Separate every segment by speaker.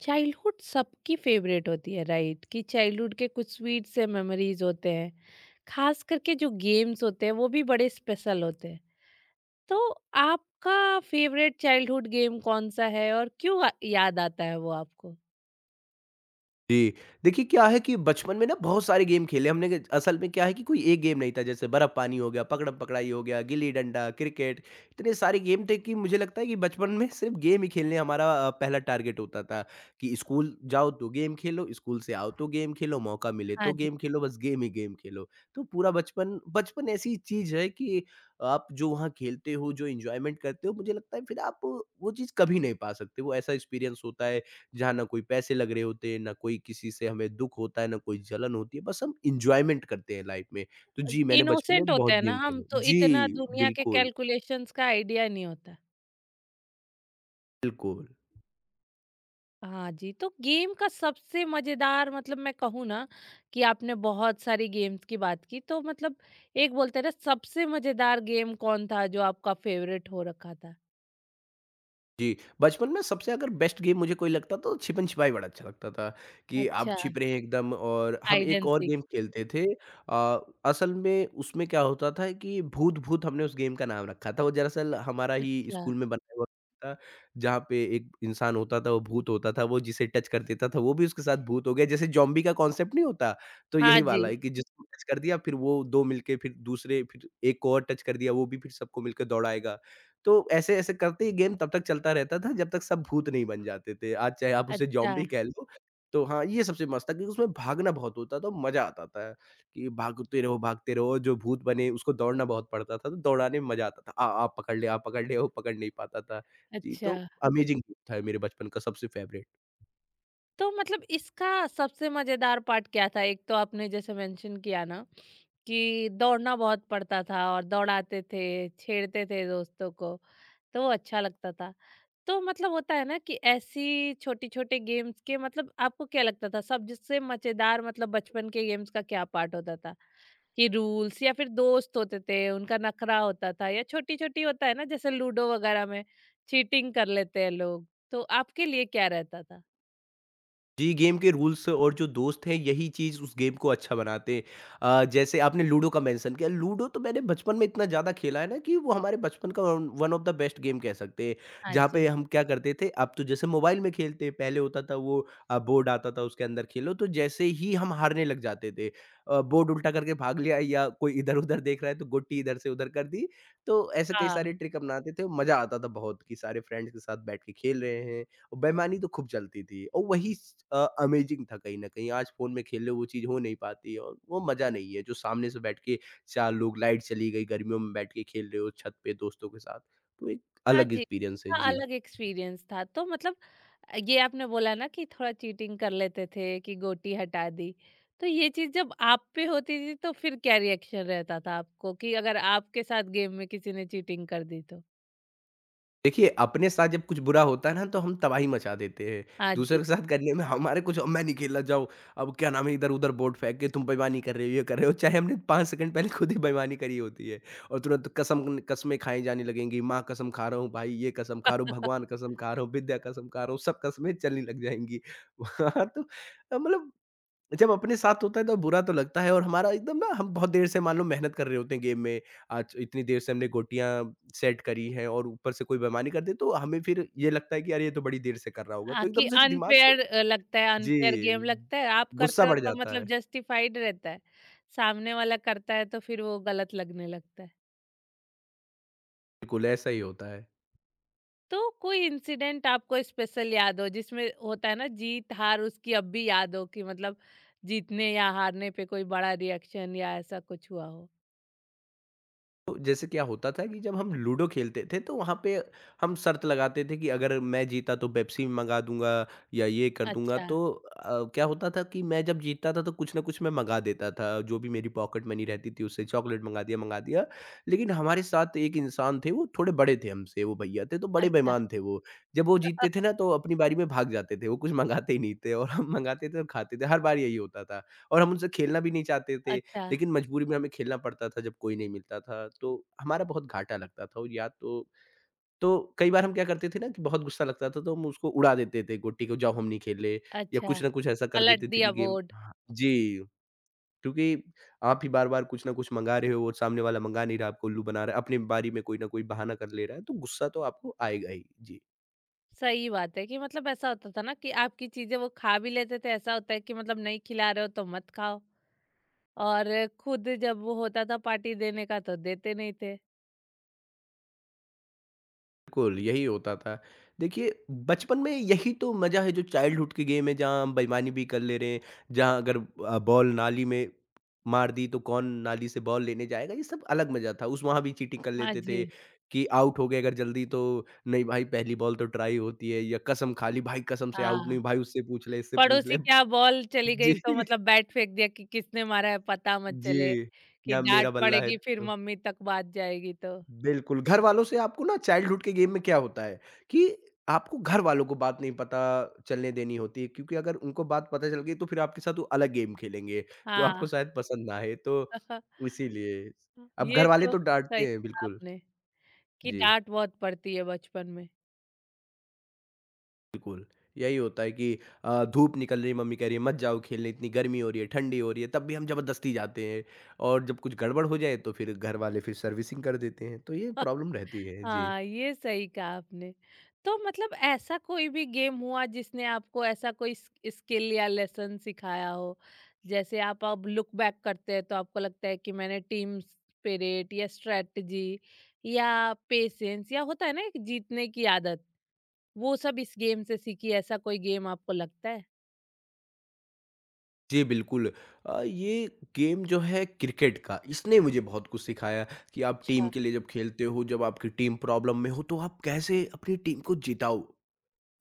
Speaker 1: Childhood सबकी favourite होती है राइट कि चाइल्डहुड के कुछ स्वीट से मेमोरीज होते हैं। खास करके जो गेम्स होते हैं वो भी बड़े स्पेशल होते हैं। तो आपका फेवरेट चाइल्डहुड गेम कौन सा है और क्यों याद आता है वो आपको?
Speaker 2: जी। देखिए, क्या है कि बचपन में ना बहुत सारे गेम खेले हमने के, असल में क्या है कि कोई एक गेम नहीं था। जैसे बर्फ पानी हो गया, पकड़म-पकड़ाई हो गया, गिल्ली-डंडा, क्रिकेट। इतने सारे गेम थे कि मुझे लगता है कि बचपन में सिर्फ़ गेम ही खेलने हमारा पहला टारगेट होता था। कि स्कूल जाओ तो गेम खेलो, स्कूल से आओ तो गेम खेलो, मौका मिले तो
Speaker 1: हाँ जी।
Speaker 2: गेम खेलो, बस गेम ही गेम खेलो। तो पूरा बचपन बचपन ऐसी चीज़ है कि आप जो वहाँ खेलते हो, जो एन्जॉयमेंट करते हो, मुझे लगता है फिर आप वो चीज़ कभी नहीं पा सकते। वो ऐसा एक्सपीरियंस होता है, जहाँ ना कोई पैसे लग रहे होते हैं, ना कोई किसी से हमें दुःख होता है, ना कोई जलन होती है, बस हम एन्जॉयमेंट करते हैं लाइफ़ में। तो जी, मैंने बचपन
Speaker 1: इनोसेंट
Speaker 2: में
Speaker 1: होते
Speaker 2: बहुत
Speaker 1: हैं ना
Speaker 2: गेम
Speaker 1: हम,
Speaker 2: खेले।
Speaker 1: तो इतना
Speaker 2: जी,
Speaker 1: दुनिया के
Speaker 2: बिल्कुल,
Speaker 1: कैलकुलेशंस का आइडिया नहीं होता।
Speaker 2: बिल्कुल।
Speaker 1: हाँ जी, तो गेम का सबसे मज़ेदार मतलब मैं कहूँ ना कि आपने बहुत सारी गेम्स की बात की, तो मतलब एक बोलते हैं ना, सबसे मज़ेदार गेम कौन था जो आपका फेवरेट हो रखा था?
Speaker 2: जी, बचपन में सबसे अगर बेस्ट गेम मुझे कोई लगता, तो छिपन-छिपाई बड़ा अच्छा लगता था, कि आप
Speaker 1: अच्छा।
Speaker 2: छिप रहे हैं एकदम, और हम
Speaker 1: हाइड
Speaker 2: एक
Speaker 1: एंड
Speaker 2: और
Speaker 1: सीक।
Speaker 2: गेम खेलते थे। अ, असल में उसमें क्या होता था कि भूत-भूत हमने उस गेम का नाम रखा था, वो दरअसल हमारा ही
Speaker 1: अच्छा।
Speaker 2: स्कूल में बनाया हुआ था, जहाँ पे एक इंसान होता था वो भूत होता था, वो जिसे टच कर देता था वो भी उसके साथ भूत हो गया। जैसे ज़ॉम्बी का कॉन्सेप्ट नहीं होता, तो
Speaker 1: हाँ
Speaker 2: यही
Speaker 1: जी।
Speaker 2: वाला है कि जिसको टच कर दिया, फिर वो 2 मिलके फिर दूसरे, फिर एक को और टच कर दिया, वो भी फिर सबको मिलके दौड़ाएगा। तो ऐसे-ऐसे करते ही गेम तब तक चलता रहता था जब तक सब भूत नहीं बन जाते थे। आज चाहे आप उसे
Speaker 1: अच्छा, अच्छा।
Speaker 2: ज़ॉम्बी कह लो, तो हाँ, ये सबसे मस्त था, क्योंकि उसमें भागना बहुत होता था और मज़ा आता था। कि भागते रहो, भागते रहो, और जो भूत बने उसको दौड़ना बहुत पड़ता था, तो दौड़ाने में मज़ा आता था। आ आप पकड़ ले, वो पकड़ नहीं पाता था। जी,
Speaker 1: अच्छा।
Speaker 2: तो अमेजिंग था मेरे बचपन का सबसे फ़ेवरेट।
Speaker 1: तो मतलब इसका सबसे मज़ेदार पार्ट क्या था? एक तो आपने जैसे मेंशन किया ना कि दौड़ना बहुत पड़ता था और दौड़ाते थे, छेड़ते थे दोस्तों को। तो वो अच्छा लगता था। तो मतलब होता है ना कि ऐसी छोटी-छोटे गेम्स के मतलब आपको क्या लगता था सबसे मज़ेदार, मतलब बचपन के गेम्स का क्या पार्ट होता था? कि रूल्स या फिर दोस्त होते थे, उनका नखरा होता था, या छोटी-छोटी होता है ना जैसे लूडो वगैरह में चीटिंग कर लेते हैं लोग, तो आपके लिए क्या रहता था?
Speaker 2: जी, गेम के रूल्स और जो दोस्त हैं, यही चीज़ उस गेम को अच्छा बनाते हैं। जैसे आपने लूडो का मेंशन किया, लूडो तो मैंने बचपन में इतना ज़्यादा खेला है ना, कि वो हमारे बचपन का one one of the best game कह सकते हैं।
Speaker 1: हाँ
Speaker 2: जहाँ पे
Speaker 1: जी।
Speaker 2: हम क्या करते थे, अब तो जैसे मोबाइल में खेलते हैं, पहले होता था वो बोर्ड आता था, उसके अंदर खेलो। तो जैसे ही हम हारने लग जाते थे बोर्ड उल्टा करके भाग लिया, या कोई इधर-उधर देख रहा है तो गोटी इधर से उधर कर दी। तो ऐसे कई
Speaker 1: हाँ।
Speaker 2: सारे ट्रिक अपनाते थे, मज़ा आता था बहुत, कि सारे फ्रेंड्स के साथ बैठ के खेल रहे हैं। और बेईमानी तो खूब चलती थी, और वही अमेज़िंग था कहीं न कहीं। आज फ़ोन में खेल लो, वो चीज़ हो नहीं पाती, और वो मज़ा नहीं है जो सामने से बैठ के 4 लोग, लाइट चली गई, गर्मियों में बैठ के खेल रहे हो छत पे दोस्तों के साथ। तो एक
Speaker 1: हाँ
Speaker 2: अलग
Speaker 1: जी,
Speaker 2: एक्सपीरियंस है।
Speaker 1: उसका
Speaker 2: जी।
Speaker 1: अलग एक्सपीरियंस था। तो मतलब ये आपने बोला ना कि थोड़ा चीटिंग कर लेते थे कि गोटी हटा दी। तो ये चीज़ जब आप पे होती थी तो फिर क्या रिएक्शन रहता था आपको, कि अगर आपके साथ गेम में किसी ने चीटिंग कर दी तो?
Speaker 2: देखिए, अपने साथ जब कुछ बुरा होता है ना, तो हम तबाही मचा देते हैं।
Speaker 1: हाँ
Speaker 2: दूसरों
Speaker 1: जी।
Speaker 2: के साथ करने में हमारे कुछ, अब मैं नहीं खेलना, जाओ, अब क्या नाम है, इधर-उधर बोर्ड फेंक के, तुम बेईमानी कर रहे हो, ये कर रहे हो। चाहे हमने 5 सेकंड पहले खुद ही बेईमानी करी होती है, और तुरंत कसम कस्में खाई जाने लगेंगी। माँ कसम खा रहा हूँ, भाई ये कसम खा रहा हूँ, भगवान कसम खा रहा हूँ, विद्या कसम खा रहा हूँ, सब कस्में चलने लग जाएँगी। वहाँ तो मतलब जब अपने साथ होता है तो बुरा तो लगता है, और हमारा एकदम ना, हम बहुत देर से मान लो मेहनत कर रहे होते हैं गेम में, आज इतनी देर से हमने गोटियां सेट करी हैं, और ऊपर से कोई बेईमानी कर दे, तो हमें फिर ये लगता है कि अरे, ये तो बड़ी देर से कर रहा होगा, तो
Speaker 1: हाँ, कि
Speaker 2: एकदम से दिमाग पे,
Speaker 1: अनफ़ेयर लगता है, अनफ़ेयर गेम
Speaker 2: जी,
Speaker 1: लगता है। आप
Speaker 2: गुस्सा
Speaker 1: करते हो
Speaker 2: बढ़
Speaker 1: तो
Speaker 2: जाता
Speaker 1: मतलब
Speaker 2: है।
Speaker 1: जस्टिफाइड रहता है। सामने वाला करता है तो फिर वो गलत लगने लगता है।
Speaker 2: बिल्कुल ऐसा ही होता है।
Speaker 1: तो कोई इंसिडेंट आपको स्पेशल याद हो जिसमें होता है ना जीत हार, उसकी अब भी याद हो कि मतलब जीतने या हारने पे कोई बड़ा रिएक्शन या ऐसा कुछ हुआ हो?
Speaker 2: तो जैसे क्या होता था कि जब हम लूडो खेलते थे तो वहाँ पे हम शर्त लगाते थे, कि अगर मैं जीता तो पेप्सी मंगा दूंगा या ये कर दूंगा,
Speaker 1: अच्छा।
Speaker 2: तो क्या होता था कि मैं जब जीतता था तो कुछ ना कुछ मैं मंगा देता था, जो भी मेरी पॉकेट मनी रहती थी उससे चॉकलेट मंगा दिया मंगा दिया। लेकिन हमारे साथ एक इंसान थे, वो थोड़े बड़े थे हमसे, वो भैया थे, तो बड़े
Speaker 1: अच्छा।
Speaker 2: बेईमान थे वो। जब वो जीतते थे ना, तो अपनी बारी में भाग जाते थे, वो कुछ मंगाते ही नहीं थे, और हम मंगाते थे और खाते थे, हर बार यही होता था। और हम उनसे खेलना भी नहीं चाहते थे,
Speaker 1: अच्छा।
Speaker 2: लेकिन मजबूरी में हमें खेलना पड़ता था, जब कोई नहीं मिलता था, तो हमारा बहुत घाटा लगता था। और या तो कई बार हम क्या करते थे ना, कि बहुत गुस्सा लगता था तो हम उसको उड़ा देते थे गोटी को, जाओ हम नहीं खेले, या
Speaker 1: अच्छा।
Speaker 2: कुछ ना कुछ ऐसा कर देते
Speaker 1: पलट
Speaker 2: थे कि
Speaker 1: दिया
Speaker 2: गेम,
Speaker 1: बोर्ड।
Speaker 2: हाँ, जी, क्योंकि आप ही बार-बार कुछ ना कुछ मँगा रहे हो और सामने वाला मँगा नहीं रहा, आपको उल्लू बना रहा है, अपनी बारी में कोई ना कोई बहाना कर ले रहा है, तो गुस्सा तो आपको आएगा ही। जी।
Speaker 1: सही बात है कि मतलब ऐसा होता था ना कि आपकी चीजें वो खा भी लेते थे। ऐसा होता है कि मतलब नहीं खिला रहे हो तो मत खाओ, और खुद जब वो होता था पार्टी देने का तो देते नहीं थे।
Speaker 2: बिल्कुल, यही होता था। देखिए, बचपन में यही तो मज़ा है, जो चाइल्डहुड की गेम है, जहाँ हम बेईमानी भी कर ले रहे हैं, जहाँ अगर बॉल नाली में मार दी तो कौन नाली से बॉल लेने जाएगा, ये सब अलग मज़ा था। उस वहाँ भी चीटिंग कर
Speaker 1: हाँ
Speaker 2: लेते थे,
Speaker 1: जी।
Speaker 2: कि आउट हो गए अगर जल्दी तो नहीं भाई, पहली बॉल तो ट्राई होती है, या कसम खा ली भाई, कसम से आउट नहीं
Speaker 1: हाँ।
Speaker 2: भाई, उससे पूछ ले, इससे पूछ ले।
Speaker 1: पड़ोसी क्या, बॉल चली गई तो
Speaker 2: जी,
Speaker 1: मतलब बैट फेंक दिया कि किसने मारा है पता मत चले,
Speaker 2: जी।
Speaker 1: कि
Speaker 2: या मेरा
Speaker 1: डाँट
Speaker 2: बल्ला है,
Speaker 1: पड़ेगी, फिर
Speaker 2: तो
Speaker 1: मम्मी तक बात जाएगी तो।
Speaker 2: बिल्कुल, घर वालों से आपको ना, चाइल्डहुड के गेम में क्या होता है कि आपको घर वालों को बात नहीं पता चलने देनी होती है, क्योंकि अगर उनको बात पता चल गई तो फिर आपके साथ वो अलग गेम खेलेंगे, जो आपको
Speaker 1: हाँ।
Speaker 2: शायद पसंद ना आए, तो इसीलिए। अब घर
Speaker 1: ये
Speaker 2: वाले
Speaker 1: तो
Speaker 2: तो
Speaker 1: सही
Speaker 2: डाँटते हैं
Speaker 1: कहा
Speaker 2: बिल्कुल।
Speaker 1: आपने, कि
Speaker 2: जी,
Speaker 1: डाँट बहुत पड़ती है बचपन में।
Speaker 2: बिल्कुल। यही होता है कि धूप निकल रही है, मम्मी कह रही है मत जाओ खेलने, इतनी गर्मी हो रही है, ठंडी हो रही है, तब भी हम ज़बरदस्ती जाते हैं, और जब कुछ गड़बड़ हो जाए तो फिर घर वाले फिर सर्विसिंग कर देते हैं, तो ये प्रॉब्लम रहती है। जी।
Speaker 1: हाँ, ये सही कहा आपने। तो मतलब ऐसा कोई भी गेम हुआ जिसने आपको ऐसा कोई स स्किल या लेसन सिखाया हो? जैसे आप अब लुक बैक करते हैं तो आपको लगता है कि मैंने टीम स्पिरिट या स्ट्रैटेजी या पेशेंस या होता है ना एक जीतने की आदत, वो सब इस गेम से सीखी, ऐसा कोई गेम आपको लगता है?
Speaker 2: जी, बिल्कुल। ये गेम जो है क्रिकेट का, इसने मुझे बहुत कुछ सिखाया, कि आप टीम के
Speaker 1: अच्छा।
Speaker 2: लिए जब खेलते हो, जब आपकी टीम प्रॉब्लम में हो, तो आप कैसे अपनी टीम को जिताओ।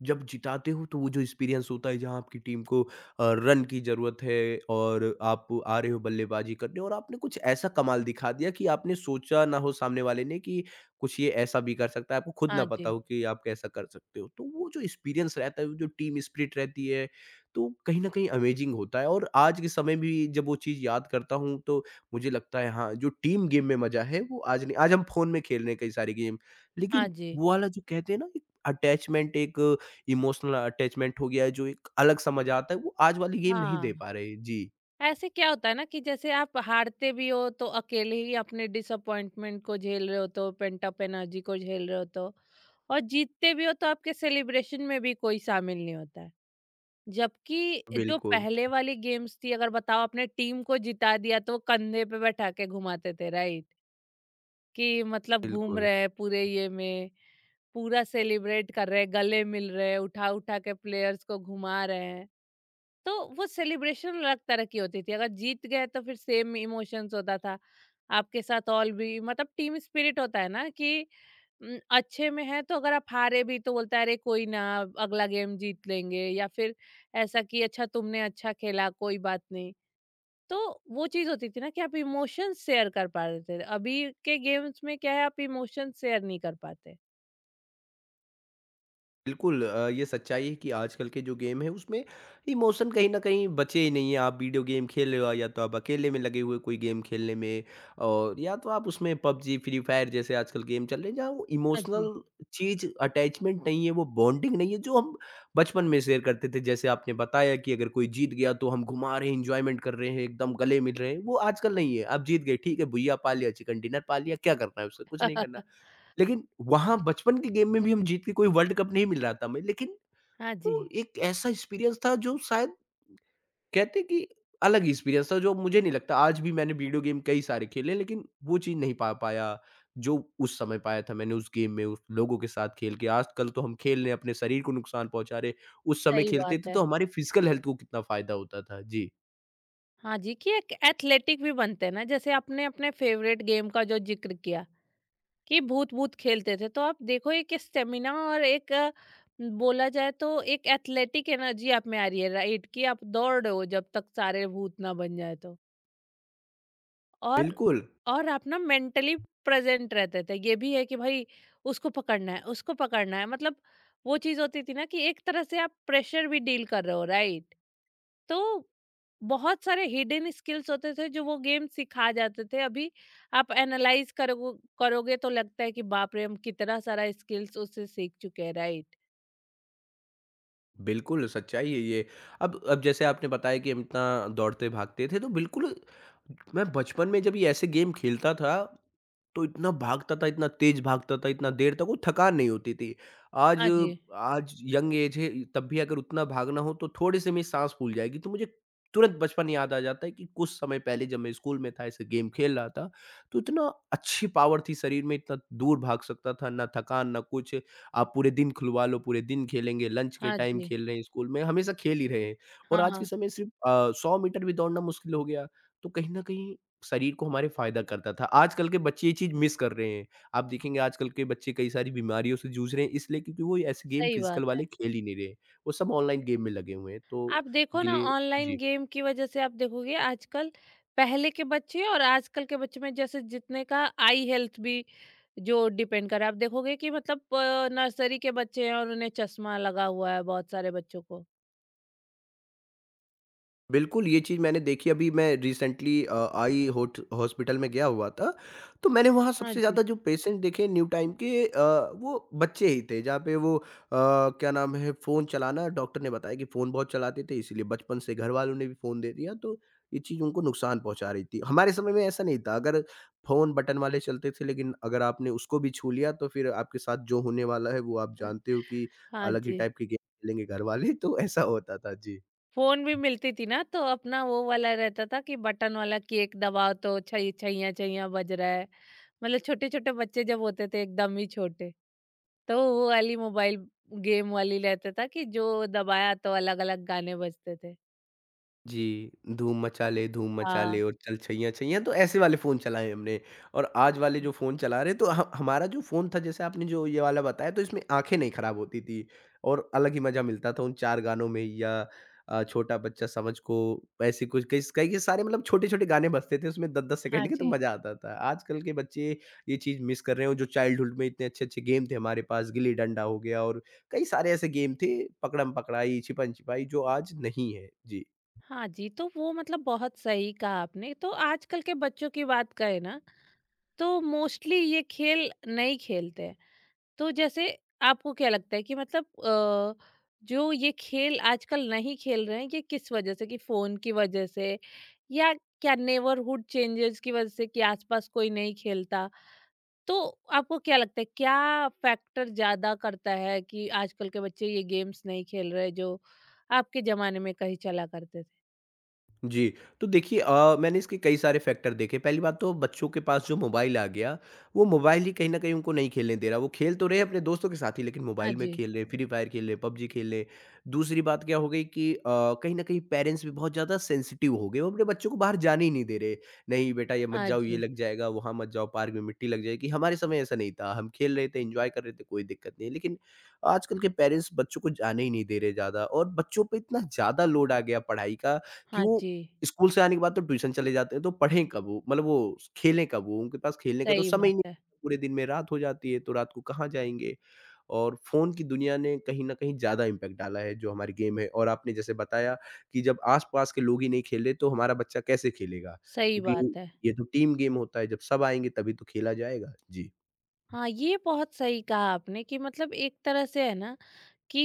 Speaker 2: जब जिताते हो तो वो जो एक्सपीरियंस होता है, जहाँ आपकी टीम को रन की ज़रूरत है और आप आ रहे हो बल्लेबाजी करने, और आपने कुछ ऐसा कमाल दिखा दिया कि आपने सोचा ना हो सामने वाले ने कि कुछ ये ऐसा भी कर सकता है, आपको खुद ना
Speaker 1: हाँ
Speaker 2: पता
Speaker 1: जी।
Speaker 2: हो कि आप कैसा कर सकते हो, तो वो जो एक्सपीरियंस रहता है, वो जो टीम स्पिरिट रहती है, तो कहीं ना कहीं अमेजिंग होता है। और आज के समय भी जब वो चीज़ याद करता हूँ तो मुझे लगता है, हाँ, जो टीम गेम में मज़ा है वो आज नहीं, आज हम फ़ोन में खेल रहे हैं कई सारे गेम,
Speaker 1: हाँ
Speaker 2: लेकिन
Speaker 1: जी।
Speaker 2: वो वाला जो कहते हैं ना, एक अटैचमेंट, एक इमोशनल अटैचमेंट हो गया है, जो एक अलग सा मज़ा आता है, वो आज वाली गेम नहीं दे
Speaker 1: हाँ।
Speaker 2: पा रहे। जी,
Speaker 1: ऐसे क्या होता है ना कि जैसे आप हारते भी हो तो अकेले ही अपने डिसअपॉइंटमेंट को झेल रहे हो, तो पेंट अप एनर्जी को झेल रहे हो, तो और जीतते भी हो तो आपके सेलिब्रेशन में भी कोई शामिल नहीं होता है। जबकि जो
Speaker 2: बिल्कुल,
Speaker 1: पहले वाली गेम्स थी, अगर बताओ आपने टीम को जिता दिया तो वो कंधे पे बैठा के घुमाते थे राइट, कि मतलब घूम
Speaker 2: बिल्कुल।
Speaker 1: रहे हैं पूरे ये में, पूरा सेलिब्रेट कर रहे हैं, गले मिल रहे हैं, उठा उठा के प्लेयर्स को घुमा रहे हैं। तो वो सेलिब्रेशन अलग तरह की होती थी। अगर जीत गए तो फिर सेम इमोशंस होता था आपके साथ ऑल भी, मतलब टीम स्पिरिट होता है ना कि न, अच्छे में है तो अगर आप हारे भी तो बोलता है अरे कोई ना, अगला गेम जीत लेंगे, या फिर ऐसा कि अच्छा, तुमने अच्छा खेला, कोई बात नहीं। तो वो चीज होती थी ना कि आप इमोशंस शेयर कर पा रहे थे। अभी के गेम्स में क्या है, आप इमोशंस शेयर नहीं कर पाते।
Speaker 2: बिल्कुल, ये सच्चाई है कि आजकल के जो गेम है उसमें इमोशन कहीं न कहीं बचे ही नहीं है। आप वीडियो गेम खेल रहे हो, या तो आप अकेले में लगे हुए कोई गेम खेलने में, और या तो आप उसमें पबजी, फ्री फायर जैसे आजकल गेम चल रहे हैं, जहाँ वो
Speaker 1: हाँ जी।
Speaker 2: इमोशनल चीज़ अटैचमेंट नहीं है, वो बॉन्डिंग नहीं है जो हम बचपन में शेयर करते थे। जैसे आपने बताया कि अगर कोई जीत गया तो हम घुमा रहे हैं, एन्जॉयमेंट कर रहे हैं, एकदम गले मिल रहे हैं, वो आजकल नहीं है। आप जीत गए ठीक है, भुजिया पा लिया, चिकन डिनर पा लिया, क्या करना है उससे? कुछ नहीं करना। लेकिन वहाँ बचपन के गेम में भी हम जीत के कोई वर्ल्ड कप नहीं मिल रहा था हमें, लेकिन
Speaker 1: हाँ जी।
Speaker 2: वो एक ऐसा एक्सपीरियंस था जो शायद कहते हैं कि अलग ही एक्सपीरियंस था जो मुझे नहीं लगता। आज भी मैंने वीडियो गेम कई सारे खेले लेकिन वो चीज़ नहीं पा पाया, जो उस समय पाया था मैंने उस गेम में उस लोगों के साथ खेल के। आजकल तो हम खेल रहे हैं अपने शरीर को नुकसान पहुँचा रहे, उस समय
Speaker 1: सही
Speaker 2: खेलते
Speaker 1: बात
Speaker 2: थे
Speaker 1: है।
Speaker 2: तो हमारी फिज़िकल हेल्थ को कितना फ़ायदा होता था। जी,
Speaker 1: हाँ जी, कि एक एथलेटिक भी बनते हैं ना। जैसे आपने अपने फेवरेट गेम का जो जिक्र किया कि भूत भूत खेलते थे, तो आप देखो एक स्टेमिना और एक बोला जाए तो एक एथलेटिक एनर्जी आप में आ रही है राइट, कि आप दौड़ रहे हो जब तक सारे भूत ना बन जाए, तो और
Speaker 2: बिल्कुल।
Speaker 1: और आप ना मेंटली प्रेजेंट रहते थे, ये भी है कि भाई उसको पकड़ना है, उसको पकड़ना है, मतलब वो चीज होती थी ना कि एक तरह से आप प्रेशर भी डील कर रहे हो राइट, तो बहुत सारे हिडन स्किल्स होते थे जो वो गेम सिखा जाते थे। अभी आप एनालाइज करो, करोगे तो लगता है कि बाप रे, हम कितना सारा स्किल्स उससे सीख चुके हैं राइट।
Speaker 2: बिल्कुल, सच्चाई है ये। अब जैसे आपने बताया कि हम इतना दौड़ते-भागते थे, तो बिल्कुल मैं बचपन में जब ये ऐसे गेम खेलता था, तो इतना भागता था, इतना तेज़ भागता था, इतना देर तक, वो थकान नहीं होती थी। आज
Speaker 1: हाँ जी।
Speaker 2: आज यंग एज है, तब भी अगर उतना भागना हो, तो थोड़े-से मेरी साँस फूल जाएगी। तो मुझे तुरंत बचपन याद आ जाता है कि कुछ समय पहले जब मैं स्कूल में था, ऐसे गेम खेल रहा था, तो इतना अच्छी पावर थी शरीर में, इतना दूर भाग सकता था, ना थकान, ना कुछ। आप पूरे दिन खुलवा लो, पूरे दिन खेलेंगे, लंच के
Speaker 1: हाँ
Speaker 2: टाइम
Speaker 1: जी।
Speaker 2: खेल रहे हैं स्कूल में, हमेशा खेल ही रहे हैं। और आज के
Speaker 1: हाँ।
Speaker 2: समय सिर्फ़ 100 मीटर भी दौड़ना मुश्किल हो गया, तो कहीं न कहीं शरीर को हमारे फ़ायदा करता था। आजकल के बच्चे ये चीज़ मिस कर रहे हैं। आप देखेंगे आजकल के बच्चे कई सारी बीमारियों से जूझ रहे हैं इसलिए क्योंकि वो ऐसे गेम
Speaker 1: सही बात
Speaker 2: फ़िज़िकल
Speaker 1: है।
Speaker 2: वाले खेल ही नहीं रहे। वो सब ऑनलाइन गेम में लगे हुए हैं, तो
Speaker 1: आप देखो
Speaker 2: उनके
Speaker 1: ना,
Speaker 2: लिए
Speaker 1: ऑनलाइन
Speaker 2: जी।
Speaker 1: गेम की वजह से आप देखोगे आजकल पहले के बच्चे और आजकल के बच्चे में जैसे जितने का आई हेल्थ भी जो डिपेंड कर रहा है, आप देखोगे कि मतलब नर्सरी के बच्चे हैं और उन्हें चश्मा लगा हुआ है बहुत सारे बच्चों को।
Speaker 2: बिल्कुल, ये चीज़ मैंने देखी। अभी मैं रिसेंटली आई होट हॉस्पिटल में गया हुआ था, तो मैंने वहाँ
Speaker 1: हाँ
Speaker 2: सबसे
Speaker 1: जी।
Speaker 2: ज़्यादा जो पेशेंट देखे न्यू टाइम के वो बच्चे ही थे जहाँ पे वो क्या नाम है फ़ोन चलाना। डॉक्टर ने बताया कि फ़ोन बहुत चलाते थे इसीलिए बचपन से घरवालों ने भी फ़ोन दे दिया तो ये चीज़ उनको नुकसान पहुँचा रही थी। हमारे समय में ऐसा नहीं था। अगर फ़ोन बटन वाले चलते थे लेकिन अगर आपने उसको भी छू लिया तो फिर आपके साथ जो होने वाला है वो आप जानते हो कि
Speaker 1: हाँ
Speaker 2: अलग ही
Speaker 1: जी,
Speaker 2: टाइप की गेम खेलेंगे घरवाले तो ऐसा होता था। जी।
Speaker 1: फ़ोन भी मिलती थी ना, तो अपना वो वाला रहता था कि बटन वाला कि एक दबाओ तो छै छैया छैया बज रहा है। मतलब छोटे-छोटे बच्चे जब होते थे एकदम ही छोटे, तो वो वाली मोबाइल गेम वाली रहता था कि जो दबाया तो अलग-अलग गाने बजते थे।
Speaker 2: जी, धूम मचा
Speaker 1: हाँ
Speaker 2: ले और चल छैयाँ छैयाँ तो ऐसे वाले फ़ोन चलाए हमने और आज वाले जो
Speaker 1: जी।
Speaker 2: फ़ोन चला रहे हैं तो ह हमारा जो फ़ोन था जैसे आपने जो ये वाला बताया तो इसमें आँखें नहीं खराब होती थी और अलग ही मज़ा मिलता था उन 4 गानों में या छोटा बच्चा समझ को ऐसे कुछ कई के सारे मतलब छोटे-छोटे गाने बजते थे उसमें 10-10
Speaker 1: हाँ
Speaker 2: सेकंड के तो
Speaker 1: जी।
Speaker 2: मज़ा आता था। आजकल के बच्चे ये चीज़ मिस कर रहे हैं और जो चाइल्डहुड में इतने अच्छे-अच्छे गेम थे हमारे पास गिल्ली-डंडा हो गया और कई सारे ऐसे गेम थे पकड़म-पकड़ाई, छिपन-छिपाई जो आज नहीं है। जी।
Speaker 1: हाँ जी, तो वो मतलब बहुत सही कहा आपने। तो आजकल के बच्चों की बात करें ना, तो मोस्टली ये खेल नहीं खेलते हैं। तो जैसे आपको क्या लगता है कि मतलब जो ये खेल आजकल नहीं खेल रहे हैं ये किस वजह से, कि फोन की वजह से या क्या नेबरहुड चेंजेस की वजह से कि आसपास कोई नहीं खेलता, तो आपको क्या लगता है क्या फैक्टर ज्यादा करता है कि आजकल के बच्चे ये गेम्स नहीं खेल रहे जो आपके जमाने में कहीं चला करते थे?
Speaker 2: जी, तो देखिए मैंने इसके कई सारे फैक्टर देखे, पहली बात तो बच्चों के पास जो मोबाइल आ गया, वो मोबाइल ही कहीं न कहीं उनको नहीं खेलने दे रहा, वो खेल तो रहे हैं अपने दोस्तों के साथ ही लेकिन
Speaker 1: हाँ
Speaker 2: मोबाइल में
Speaker 1: जी।
Speaker 2: खेल रहे हैं, फ्री फायर खेल रहे हैं, पबजी खेल रहे हैं। दूसरी बात क्या हो गई कि कहीं न कहीं पेरेंट्स भी बहुत ज़्यादा सेंसिटिव हो गए, वो अपने बच्चों को बाहर जाने ही नहीं दे रहे, नहीं बेटा ये मत
Speaker 1: हाँ
Speaker 2: जाओ, ये
Speaker 1: जी।
Speaker 2: लग जाएगा, वहाँ मत जाओ, पार्क में मिट्टी लग जाएगी, हमारे समय ऐसा नहीं था, हम खेल रहे थे, एन्जॉय कर रहे थे, कोई दिक्कत नहीं है। लेकिन आजकल के पेरेंट्स बच्चों को जाने ही नहीं दे रहे ज़्यादा और बच्चों पे इतना ज़्यादा लोड आ गया पढ़ाई का कि
Speaker 1: हाँ
Speaker 2: वो
Speaker 1: जी।
Speaker 2: स्कूल से आने के बाद तो ट्यूशन चले जाते हैं, तो पढ़ें कब वो? मतलब वो खेलें कब वो? उनके पास खेलने का तो
Speaker 1: सही
Speaker 2: समय
Speaker 1: बात
Speaker 2: ही नहीं है।
Speaker 1: है।
Speaker 2: पूरे दिन में रात हो जाती है, तो रात को कहाँ जाएँगे? और फ़ोन की दुनिया ने कहीं न कहीं ज़्यादा इम्पैक्ट डाला है, जो हमारी गेम है और आपने जैसे बताया कि जब आस-पास के लोग ही नहीं खेले, तो हमारा बच्चा कैसे खेलेगा?
Speaker 1: सही
Speaker 2: क्योंकि
Speaker 1: बात है।
Speaker 2: ये तो टीम गेम होता है, जब सब आएँगे तभी तो खेला जाएगा। जी,
Speaker 1: हाँ, ये बहुत सही कहा आपने कि मतलब एक तरह से है ना कि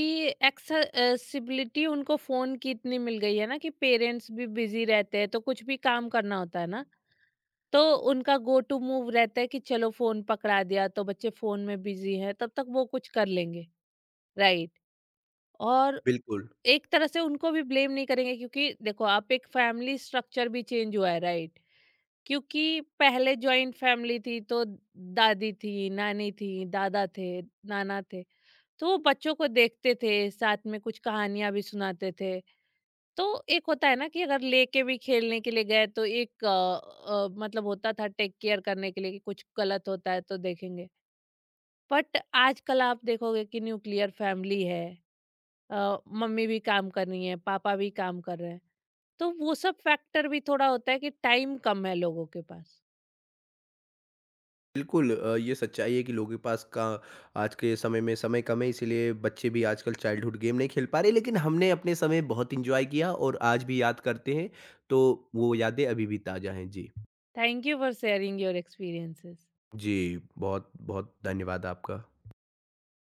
Speaker 1: एक्सेसिबिलिटी उनको फोन की इतनी मिल गई है ना, कि पेरेंट्स भी बिजी रहते हैं तो कुछ भी काम करना होता है ना, तो उनका गो टू मूव रहता है कि चलो फोन पकड़ा दिया तो बच्चे फोन में बिजी हैं, तब तक वो कुछ कर लेंगे राइट। और
Speaker 2: बिल्कुल।
Speaker 1: एक तरह से उनको भी ब्लेम नहीं करेंगे, क्योंकि देखो आप, एक फैमिली स्ट्रक्चर भी चेंज हुआ है राइट, क्योंकि पहले जॉइंट फैमिली थी तो दादी थी, नानी थी, दादा थे, नाना थे, तो बच्चों को देखते थे, साथ में कुछ कहानियाँ भी सुनाते थे। तो एक होता है ना कि अगर लेके भी खेलने के लिए गए तो एक मतलब होता था टेक केयर करने के लिए कि कुछ गलत होता है तो देखेंगे। बट आजकल आप देखोगे कि न्यूक्लियर फैमिली है, मम्मी भी काम कर रही हैं, पापा भी काम कर रहे हैं। तो वो सब फैक्टर भी थोड़ा होता है कि टाइम कम है लोगों के पास।
Speaker 2: बिल्कुल ये सच्चाई है कि लोगों के पास का आज के समय में समय कम है इसीलिए बच्चे भी आजकल चाइल्डहुड गेम नहीं खेल पा रहे लेकिन हमने अपने समय बहुत इंजॉय किया और आज भी याद करते हैं तो वो यादें अभी भी ताज़ा हैं जी।
Speaker 1: Thank you for sharing your experiences.
Speaker 2: जी, बहुत बहुत धन्यवाद आपका।